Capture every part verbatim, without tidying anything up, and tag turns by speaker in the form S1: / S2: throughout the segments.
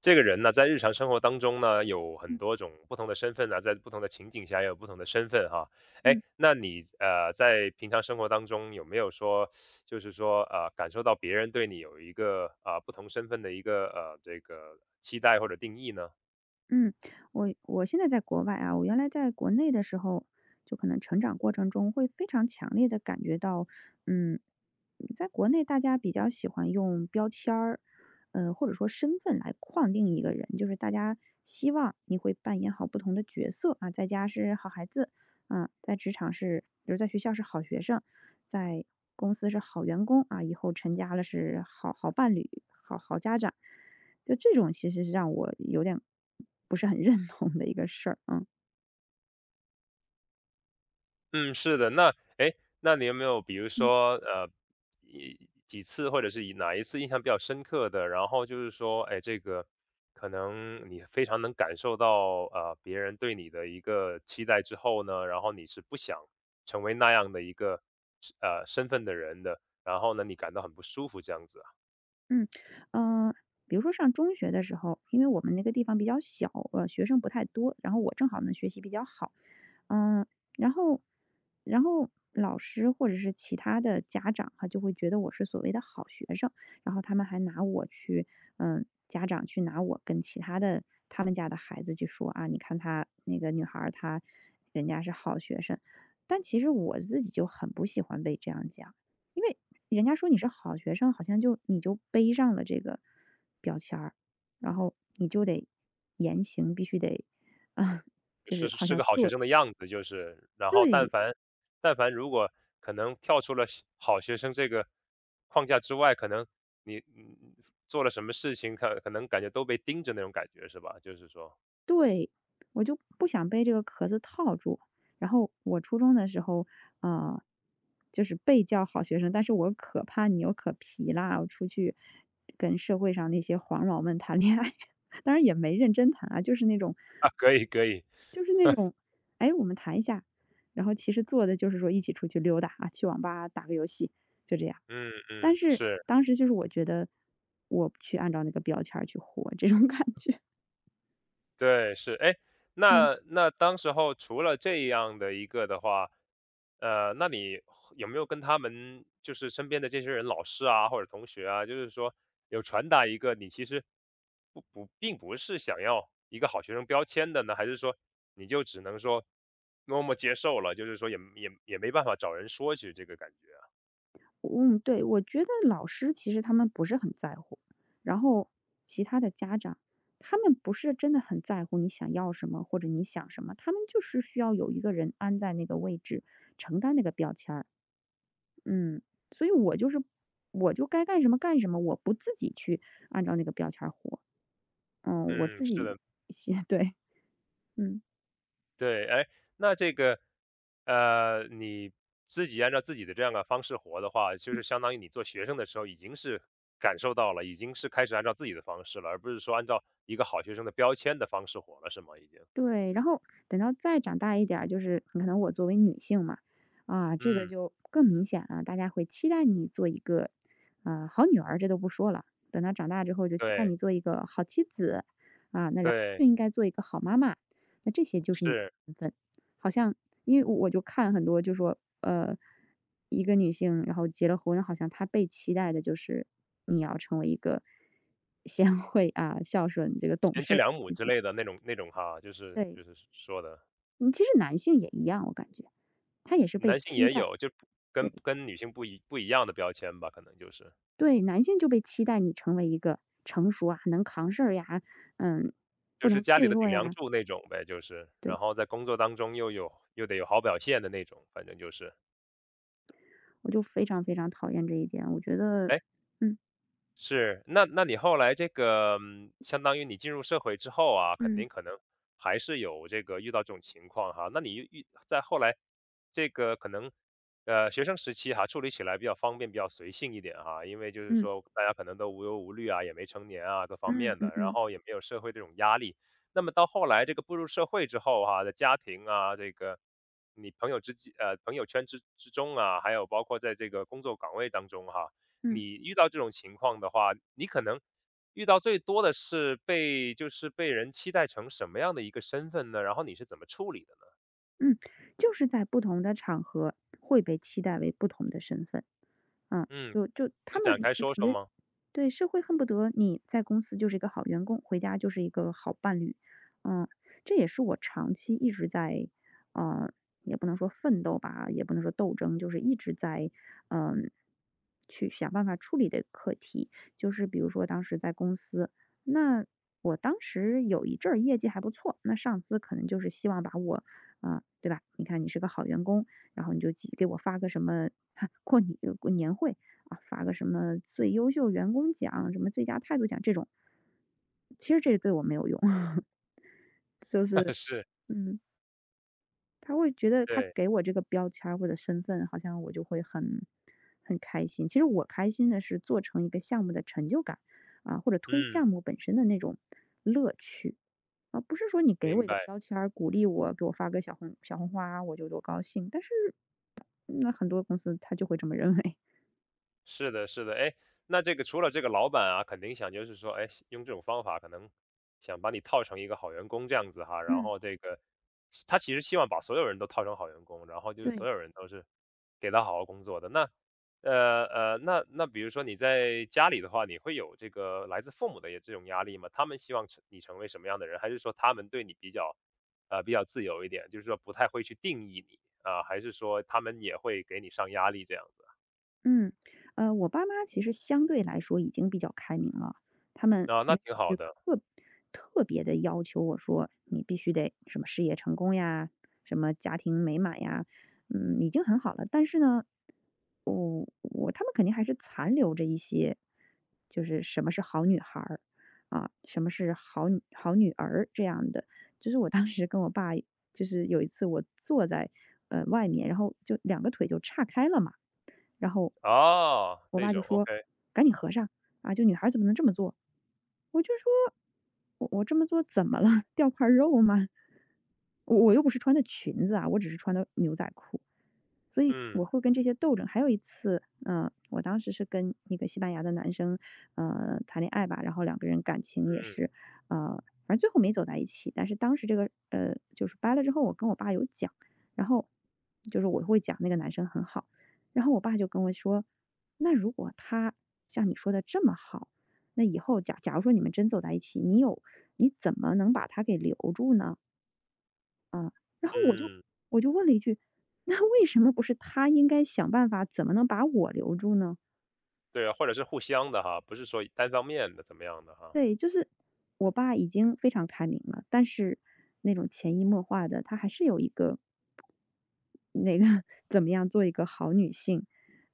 S1: 这个人呢，在日常生活当中呢，有很
S2: 嗯
S1: 多种不同的身份呢，在不同的情景下也有不同的身份哈。哎，
S2: 嗯
S1: 那你呃，在平常生活当中有没有说，就是说呃，感受到别人对你有一个啊、呃、不同身份的一个呃这个期待或者定义呢？
S2: 嗯，我我现在在国外啊，我原来在国内的时候，就可能成长过程中会非常强烈的感觉到，嗯，在国内大家比较喜欢用标签儿，呃，或者说身份来框定一个人，就是大家希望你会扮演好不同的角色啊，在家是好孩子，啊，在职场是，比如在学校是好学生，在公司是好员工啊，以后成家了是好好伴侣、好好家长。就这种其实是让我有点不是很认同的一个事儿，嗯
S1: 嗯，是的。那哎，那你有没有比如
S2: 嗯。
S1: 说，呃，一几次或者是以哪一次印象比较深刻的，然后就是说，哎，这个可能你非常能感受到，呃，别人对你的一个期待之后呢，然后你是不想成为那样的一个，呃，身份的人的，然后呢，你感到很不舒服这样子。
S2: 嗯，呃，比如说上中学的时候，因为我们那个地方比较小，呃，学生不太多，然后我正好呢学习比较好，嗯、然后，然后老师或者是其他的家长哈，就会觉得我是所谓的好学生，然后他们还拿我去，嗯、家长去拿我跟其他的他们家的孩子去说啊，你看她那个女孩儿她人家是好学生，但其实我自己就很不喜欢被这样讲。因为人家说你是好学生，好像就你就背上了这个标签儿，然后你就得言行必须得啊，就
S1: 是
S2: 是好
S1: 是
S2: 像
S1: 个好学
S2: 做
S1: 生的样子就是，然后但
S2: 对
S1: 凡但凡如果可能跳出了是好学生这个框架之外，可能你嗯做了什么事情，可可能感觉都被盯着那种感觉是吧？就是说
S2: 对，我就不想被这个壳子套住。然后我初中的时候，啊、就是被叫好学生，但是我可怕你又可皮啦，我出去跟社会上那些黄毛们谈恋爱，当然也没认真谈啊，就是那种
S1: 啊，可以可以，
S2: 就是那种，哎，我们谈一下，然后其实做的就是说一起出去溜达啊，去网吧打个游戏，就这样。
S1: 嗯
S2: 但
S1: 嗯，
S2: 是
S1: 是。
S2: 当时就是我觉得我不去按照那个标签儿去活，这种 感觉。
S1: 对，是。哎，
S2: 嗯。
S1: 那那当时候除了这样的一个的话，呃，那你有没有跟他们就是身边的这些人，老师啊或者同学啊，就是说有传达一个你其实不不并不是想要一个好学生标签的呢？还是说你就只能说默默接受了，就是说也也也没办法找人说去这个感觉啊？
S2: 嗯，对，我觉得老师其实他们不是很在乎，然后其他的家长，他们不是真的很在乎你想要什么或者你想什么，他们就是需要有一个人安在那个位置，承担那个标签儿。嗯，所以我就是我就该干什么干什么，我不自己去按照那个标签儿活。嗯，我
S1: 嗯，
S2: 自
S1: 是
S2: 己
S1: 的。
S2: 对，嗯。
S1: 对，哎，那这个，呃，你自己按照自己的这样的方式活的话，就是相当于你做学生的时候已经是感受到了，已经是开始按照自己的方式了，而不是说按照一个好学生的标签的方式活了，是吗？已经，
S2: 对，然后等到再长大一点儿，就是可能我作为女性嘛，啊，这个
S1: 嗯，
S2: 就更明显了，大家会期待你做一个，啊好女儿，这都不说了。等到长大之后，就期待
S1: 对
S2: 你做一个好妻子，啊，那然后就
S1: 对，
S2: 应该做一个好妈妈，那这些就是你的
S1: 是
S2: 身份。好像因为我就看很多，就说，呃，一个女性然后结了婚，好像她被期待的就是你要成为一个 贤惠啊、孝顺、这个懂
S1: 贤
S2: 事
S1: 妻
S2: 儿，
S1: 良母之类的那种那种哈，就是
S2: 对，
S1: 就是说的，
S2: 嗯，其实男性也一样，我感觉，他也是被
S1: 男性
S2: 期
S1: 也
S2: 待，
S1: 有，就不
S2: 对，
S1: 跟跟女性不一不一样的标签吧，可能就是。
S2: 对，男性就被期待你成为一个成熟啊，能扛事儿呀，嗯，不
S1: 就是
S2: 能
S1: 家
S2: 脆
S1: 里的
S2: 弱
S1: 顶梁
S2: 呀，
S1: 柱那种呗，就是，
S2: 对，
S1: 然后在工作当中又有又得有好表现的那种，反正就是。
S2: 我就非常非常讨厌这一点，我觉得，
S1: 诶，
S2: 嗯
S1: 是，那那你后来这个，嗯相当于你进入社会之后啊，肯
S2: 嗯
S1: 定可能还是有这个遇到这种情况哈。那你遇遇在后来这个可能，呃，学生时期哈，处理起来比较方便，比较随性一点哈，因为就是
S2: 嗯
S1: 说大家可能都无忧无虑啊，也没成年啊，各方
S2: 嗯嗯
S1: 面
S2: 嗯
S1: 的，然
S2: 嗯。
S1: 后也没有社会这种压力。那么到后来这个步入社会之后哈，在家庭啊，这个你朋友之际，呃，朋友圈之之中啊，还有包括在这个工作岗位当中哈。
S2: 嗯
S1: 你遇到这种情况的话，你可能遇到最多的是被就是被人期待成什么样的一个身份呢？然后你是怎么处理的呢？
S2: 嗯，就是在不同的场合会被期待为不同的身份，啊，
S1: 嗯，
S2: 就就他
S1: 能展
S2: 们
S1: 开
S2: 就感
S1: 说说
S2: 觉
S1: 吗？
S2: 对社会恨不得你在公司就是一个好员工，回家就是一个好伴侣，嗯，这也是我长期一直在，嗯，也不能说奋斗吧，也不能说斗争，就是一直在，嗯、去想办法处理的课题，就是比如说当时在公司，那我当时有一阵儿业绩还不错，那上司可能就是希望把我啊，对吧？你看你是个好员工，然后你就给给我发个什么 过年过年会啊，发个什么最优秀员工奖、什么最佳态度奖这种，其实这对我没有用，就 是
S1: 是，
S2: 嗯。他会觉得他
S1: 对，
S2: 给我这个标签儿或者身份，好像我就会很很开心。其实我开心的是做成一个项目的成就感啊，或者推
S1: 嗯，
S2: 项目本身的那种乐趣啊，不是说你给我
S1: 明
S2: 一个
S1: 白。
S2: 标签儿鼓励我，给我发个小红小红花，我就多高兴。但是嗯那很多公司他就会这么认为，
S1: 是的，是的，哎，那这个除了这个老板啊，肯定想就是说，哎，用这种方法可能想把你套成一个好员工这样子哈，然
S2: 嗯，
S1: 后这个他其实希望把所有人都套成好员工，然后就是所
S2: 对。
S1: 有人都是给他好好工作的。那呃呃，那那比如说你在家里的话，你会有这个来自父母的也这种压力吗？他们希望成你成为什么样的人，还是说他们对你比较呃比较自由一点，就是说不太会去定义你啊，还是说他们也会给你上压力这样子啊？
S2: 嗯，呃，我爸妈其实相对来说已经比较开明了，他们
S1: 那那
S2: 没
S1: 挺好
S2: 有去
S1: 的。
S2: 特特别的要求我说你必须得什么事业成功呀，什么家庭美满呀，嗯，已经很好了。但是呢，我我他们肯定还是残留着一些，就是什么是好女孩儿啊，什么是好女好女儿这样的。就是我当时跟我爸，就是有一次我坐在呃外面，然后就两个腿就岔开了嘛。然后
S1: 哦，
S2: 我
S1: 这
S2: 爸就
S1: 种
S2: 说：
S1: OK，
S2: “赶紧合上，啊，就女孩儿怎么能这么做？"我就说："我我这么做怎么了？掉块儿肉吗？我我又不是穿的裙子啊，我只是穿的牛仔裤。"所以
S1: 嗯，
S2: 我会跟这些斗争。还有一次，嗯、我当时是跟一个西班牙的男生，呃，谈恋爱吧，然后两个人感情也
S1: 嗯，
S2: 是，呃，反正最后没走在一起。但是当时这个，呃，就是掰了之后，我跟我爸有讲，然后就是我会讲那个男生很好，然后我爸就跟我说："那如果他像你说的这么好，那以后假假如说你们真走在一起，你有你怎么能把他给留住呢？"啊，然后我就
S1: 嗯，嗯
S2: 我就问了一句： 那为什么不是他应该想办法怎么能把我留住呢？"
S1: 对啊，或者是互相的哈，不是说单方面的怎么样的哈，
S2: 对，就是我爸已经非常开明了，但是那种潜移默化的，他还是有一个那个 怎么样做一个好女性，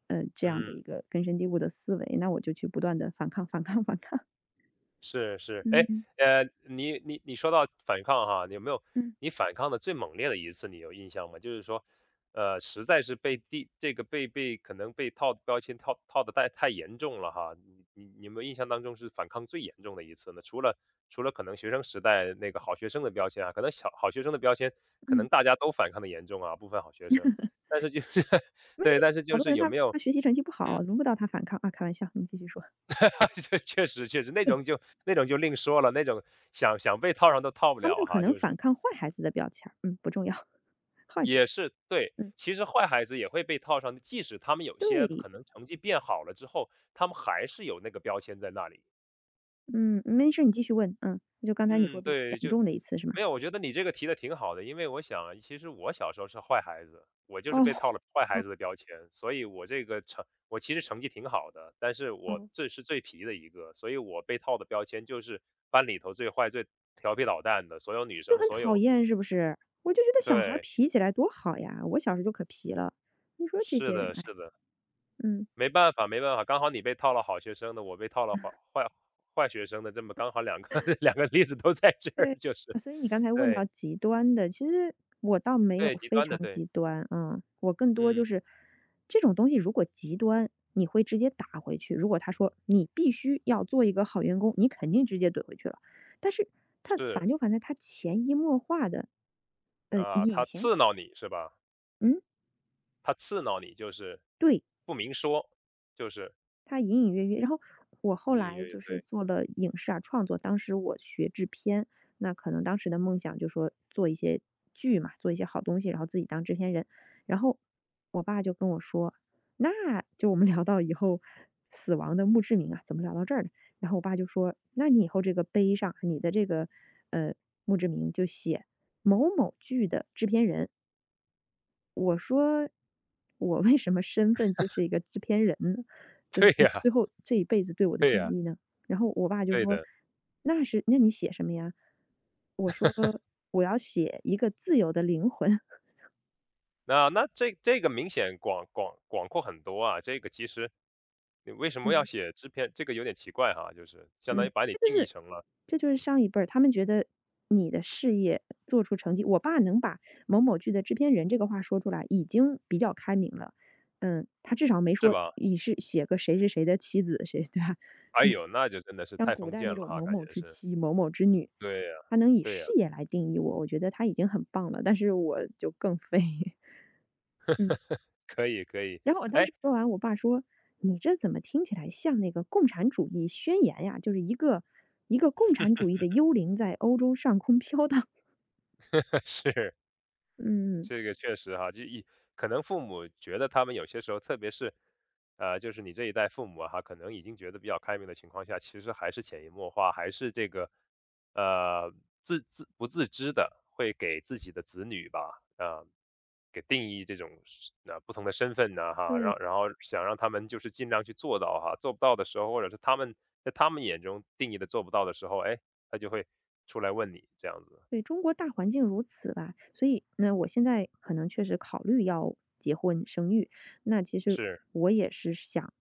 S2: 呃，这样
S1: 嗯。
S2: 的一个根深蒂固的思维，那我就去不断的反抗反抗 反抗。
S1: 是是，哎，
S2: 嗯，
S1: 呃，你你你说到反抗哈，你有没有
S2: 嗯，
S1: 你反抗的最猛烈的一次，你有印象吗？就是说，呃，实在是被地这个被被可能被套标签套套的太太严重了哈，你你你有没有印象当中是反抗最严重的一次呢？除了除了可能学生时代那个好学生的标签啊，可能小好学生的标签，可
S2: 嗯，
S1: 能大家都反抗的严重啊，部分好学生，但是就是
S2: 没有，
S1: 对，但是
S2: 好
S1: 就
S2: 多
S1: 是
S2: 人
S1: 有
S2: 他
S1: 没有？
S2: 他学习成绩不
S1: 嗯
S2: 好，轮不到他反抗。啊，开玩笑，你继续说。
S1: 这确实确实，那
S2: 对，
S1: 种就那种就另说了，那种想想被套上都套不
S2: 他们
S1: 了
S2: 可
S1: 哈，
S2: 能
S1: 就
S2: 反
S1: 是
S2: 抗坏孩子的标签儿嗯，不重要，坏学
S1: 也是对，
S2: 生嗯，
S1: 其实坏孩子也会被套上，的，即使他们有些
S2: 对，
S1: 可能成绩变好了之后，他们还是有那个标签在那里。
S2: 嗯，没事，你继续问，嗯，就刚才你说
S1: 嗯，
S2: 比较严
S1: 对，就
S2: 重的一次是吗？
S1: 没有，我觉得你这个提的挺好的，因为我想，其实我小时候是坏孩子，我就
S2: 哦，
S1: 是被套了坏
S2: 哦
S1: 孩子的标签，所以我这个成，我其实成绩挺好的，但是我
S2: 哦，
S1: 这是最皮的一个，所以我被套的标签就是班里头最坏、最调皮捣蛋的，所有女
S2: 就
S1: 生，
S2: 很
S1: 所
S2: 讨
S1: 有，
S2: 厌是不是？我就觉得小孩儿
S1: 对，
S2: 皮起来多好呀，我小时候就可皮了。你说这
S1: 是
S2: 些人，
S1: 的，是
S2: 哎，
S1: 的，
S2: 嗯，
S1: 没办法，没办法，刚好你被套了好学生的，我被套了坏坏坏学生的，这么刚好两个 两个例子都在这儿，
S2: 对。
S1: 就是，
S2: 所以你刚才问到
S1: 对
S2: 极端的，其实我倒没有
S1: 对，极
S2: 非
S1: 端的，
S2: 常
S1: 对，
S2: 极端啊，嗯我更多就
S1: 嗯，
S2: 是这种东西如果极端，你会直接打回去。如果他说你必须要做一个好员工，你肯定直接怼回去了。但是他
S1: 是。
S2: 烦就烦在他潜移默化的，呃，
S1: 啊，他刺挠你是吧？
S2: 嗯，
S1: 他刺挠你就是
S2: 对，
S1: 不明说，就是
S2: 他隐隐约约然后我后
S1: 隐隐
S2: 来
S1: 约约，
S2: 就是
S1: 对，
S2: 做了影视啊创作，当时我学制片，那可能当时的梦想就说做一些剧嘛，做一些好东西，然后自己当制片人。然后我爸就跟我说，那就我们 聊到以后死亡的墓志铭啊，怎么聊到这儿的？然后我爸就说，那你以后这个碑上，你的这个呃墓志铭就写某某剧的制片人。我说我为什么身份就是一个制片人呢？就是
S1: 对
S2: 你
S1: 呀，
S2: 最后这一辈子对我的
S1: 对
S2: 定
S1: 呀，
S2: 义呢？然后我爸就
S1: 对
S2: 说：
S1: 的。
S2: “那是那你写什么呀？"我说："我要写一个自由的灵魂。
S1: 那那这这个明显广广广阔很多啊，这个其实 你为什么要
S2: 嗯
S1: 写制片，这个有点奇怪哈，就是相当
S2: 嗯。
S1: 于把你
S2: 这
S1: 定
S2: 就
S1: 义
S2: 是
S1: 成了，
S2: 这就是上一辈儿，他们觉得你的事业做出成绩我爸能把某某剧的制片人这个话说出来已经比较开明了。嗯，他至少没
S1: 是
S2: 说
S1: 吧？
S2: 你是写个谁是谁的妻子，谁对吧？
S1: 哎呦，那就真的是
S2: 像
S1: 太
S2: 古
S1: 封
S2: 代
S1: 建
S2: 那
S1: 了
S2: 种
S1: 哈，
S2: 某
S1: 感
S2: 某
S1: 觉
S2: 之
S1: 是。
S2: 妻、某某之女，
S1: 对呀，
S2: 她能以
S1: 对呀，
S2: 事业来定义我，我觉得她已经很棒了，但是我就更废。嗯，
S1: 可以可以，
S2: 然后我当
S1: 哎，
S2: 时说完，我爸说：“你这怎么听起来像那个共产主义宣言呀？就是一个一个共产主义的幽灵在欧洲上空飘荡。
S1: 是。
S2: 嗯，
S1: 这个确实哈，就一可能父母觉得他们有些时候，特别是，呃，就是你这一代父母哈，可能已经觉得比较开明的情况下，其实还是潜移默化，还是这个，呃，自自不自知的会给自己的子女吧，啊，给定义这种是呃不同的身份呢哈，
S2: 对。
S1: 让然后想让他们就是尽量去做到哈，做不到的时候，或者是他们在他们眼中定义的做不到的时候，哎，他就会出来问你这样子，
S2: 对，中国大环境如此吧，所以那我现在可能确实考虑要结婚生育，那其实
S1: 是
S2: 我也是想，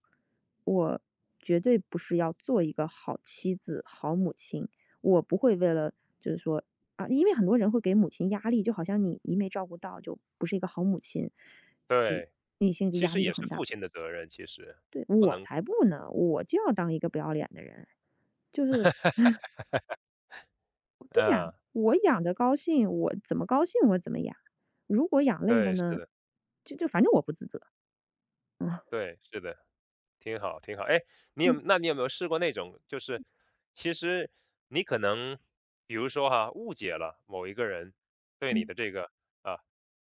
S2: 我绝对不是要做一个好妻子、好母亲，我不会为了就是说啊，因为很多人会给母亲压力，就好像你一没照顾到就不是一个好母亲，诶，
S1: 对。
S2: 你心理
S1: 其
S2: 压
S1: 实
S2: 力就
S1: 也是
S2: 很大。
S1: 父亲的责任，其实，
S2: 对，
S1: 不
S2: 我
S1: 能
S2: 才不呢，我就要当一个不要脸的人，就是对呀，
S1: 啊。
S2: 我养的高兴，我怎么高兴我怎么养。如果养累了
S1: 对，是
S2: 呢，
S1: 的，
S2: 就就反正我不自责，嗯。
S1: 对，是的。挺好，挺好。哎，你有
S2: 嗯
S1: 那你有没有试过那种，就是其实你可能，比如说哈，误解了某一个人对你
S2: 嗯
S1: 的这个啊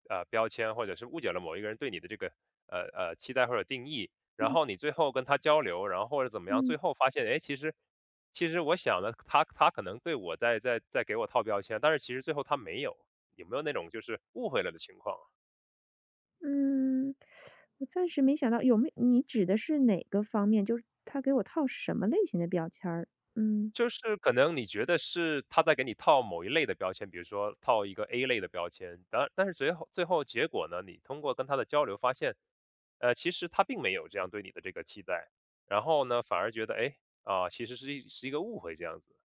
S1: 啊标签，或者是误解了某一个人对你的这个呃呃期待或者定义，然
S2: 嗯
S1: 后你最后跟他交流，然后或者怎么样，
S2: 嗯
S1: 最后发现，哎，其实其实我想的他他可能对我在在在给我套标签，但是其实最后他没有，有没有那种就是误会了的情况啊？
S2: 嗯，我暂时没想到有没你指的是哪个方面？就是他给我套什么类型的标签儿？嗯
S1: 就是可能你觉得是他在给你套某一类的标签，比如说套一个 A 类的标签，但但是最后最后结果呢，你通过跟他的交流发现，呃，其实他并没有这样对你的这个期待，然后呢，反而觉得，哎，啊，其实是一是一个误会这样子。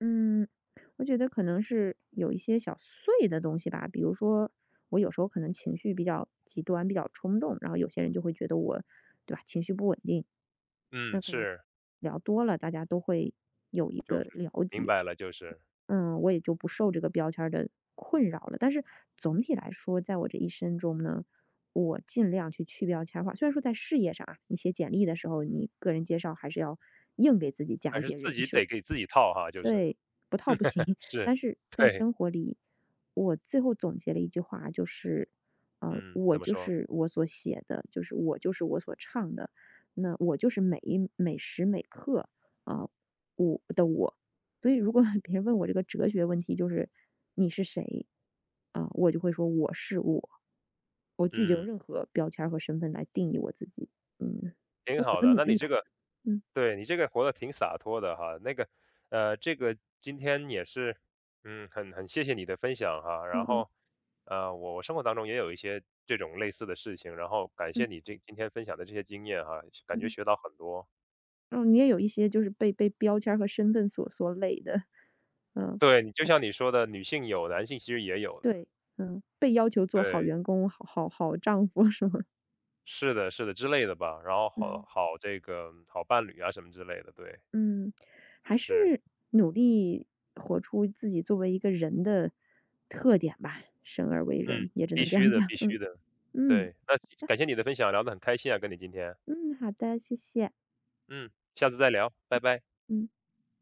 S2: 嗯，我觉得可能是有一些小碎的东西吧，比如说我有时候可能情绪比较极端，比较冲动，然后有些人就会觉得我，对吧，情绪不稳定。那
S1: 嗯，
S2: 可能
S1: 是，
S2: 聊多了，大家都会有一
S1: 就是
S2: 个了
S1: 明
S2: 解。
S1: 白了，就是，
S2: 嗯，我也就不受这个标签儿的困扰了。但是总体来说，在我这一生中呢，我尽量去去标签化。虽然说在事业上啊，你写简历的时候，你个人介绍还是要硬给自己
S1: 还
S2: 加一
S1: 是
S2: 些
S1: 自
S2: 人
S1: 己
S2: 设，
S1: 得给自己套哈，就是
S2: 对，不套不行，
S1: 是，
S2: 但是在
S1: 对，
S2: 生活里，我最后总结了一句话，就是，呃，
S1: 嗯，
S2: 我
S1: 怎么
S2: 就
S1: 说？
S2: 是我所写的，就是我就是我所唱的，那我就是每一每时每刻啊，我的我。所以如果 别人问我这个哲学问题，就是你是谁啊，我就会说我是我，我拒绝用
S1: 嗯，
S2: 任何标签儿和身份来定义我自己。嗯，
S1: 挺
S2: 就我
S1: 好
S2: 的
S1: 的。
S2: 努
S1: 那你
S2: 力
S1: 这
S2: 吧。
S1: 个
S2: 嗯
S1: 对，你这个活得挺洒脱的哈，那个，呃，这个今天也是，嗯，很很谢谢你的分享哈，然
S2: 嗯嗯
S1: 后，呃，我我生活当中也有一些这种类似的事情，然后感谢
S2: 嗯
S1: 你这今天分享的这些经验哈，感觉
S2: 嗯。
S1: 学到很多。
S2: 嗯，你也有一些就是被被标签儿和身份所所累的。嗯，
S1: 对，你就像你说的，女性有，男性其实也有的，
S2: 对，嗯，被要求做好
S1: 对，
S2: 员工、好好好丈夫什么，
S1: 是的，是的之类的吧，然后好
S2: 嗯
S1: 好这个好伴侣啊什么之类的，对，
S2: 嗯，还是
S1: 是，
S2: 努力活出自己作为一个人的特点吧，生而为
S1: 嗯，
S2: 人也只
S1: 必
S2: 能这
S1: 须
S2: 样
S1: 的，
S2: 讲，
S1: 必
S2: 嗯
S1: 须的，
S2: 嗯，
S1: 对，那感谢你的分享，聊得很开心啊，跟你今天。
S2: 嗯，好的，谢谢，
S1: 嗯，下次再聊，拜拜。
S2: 嗯。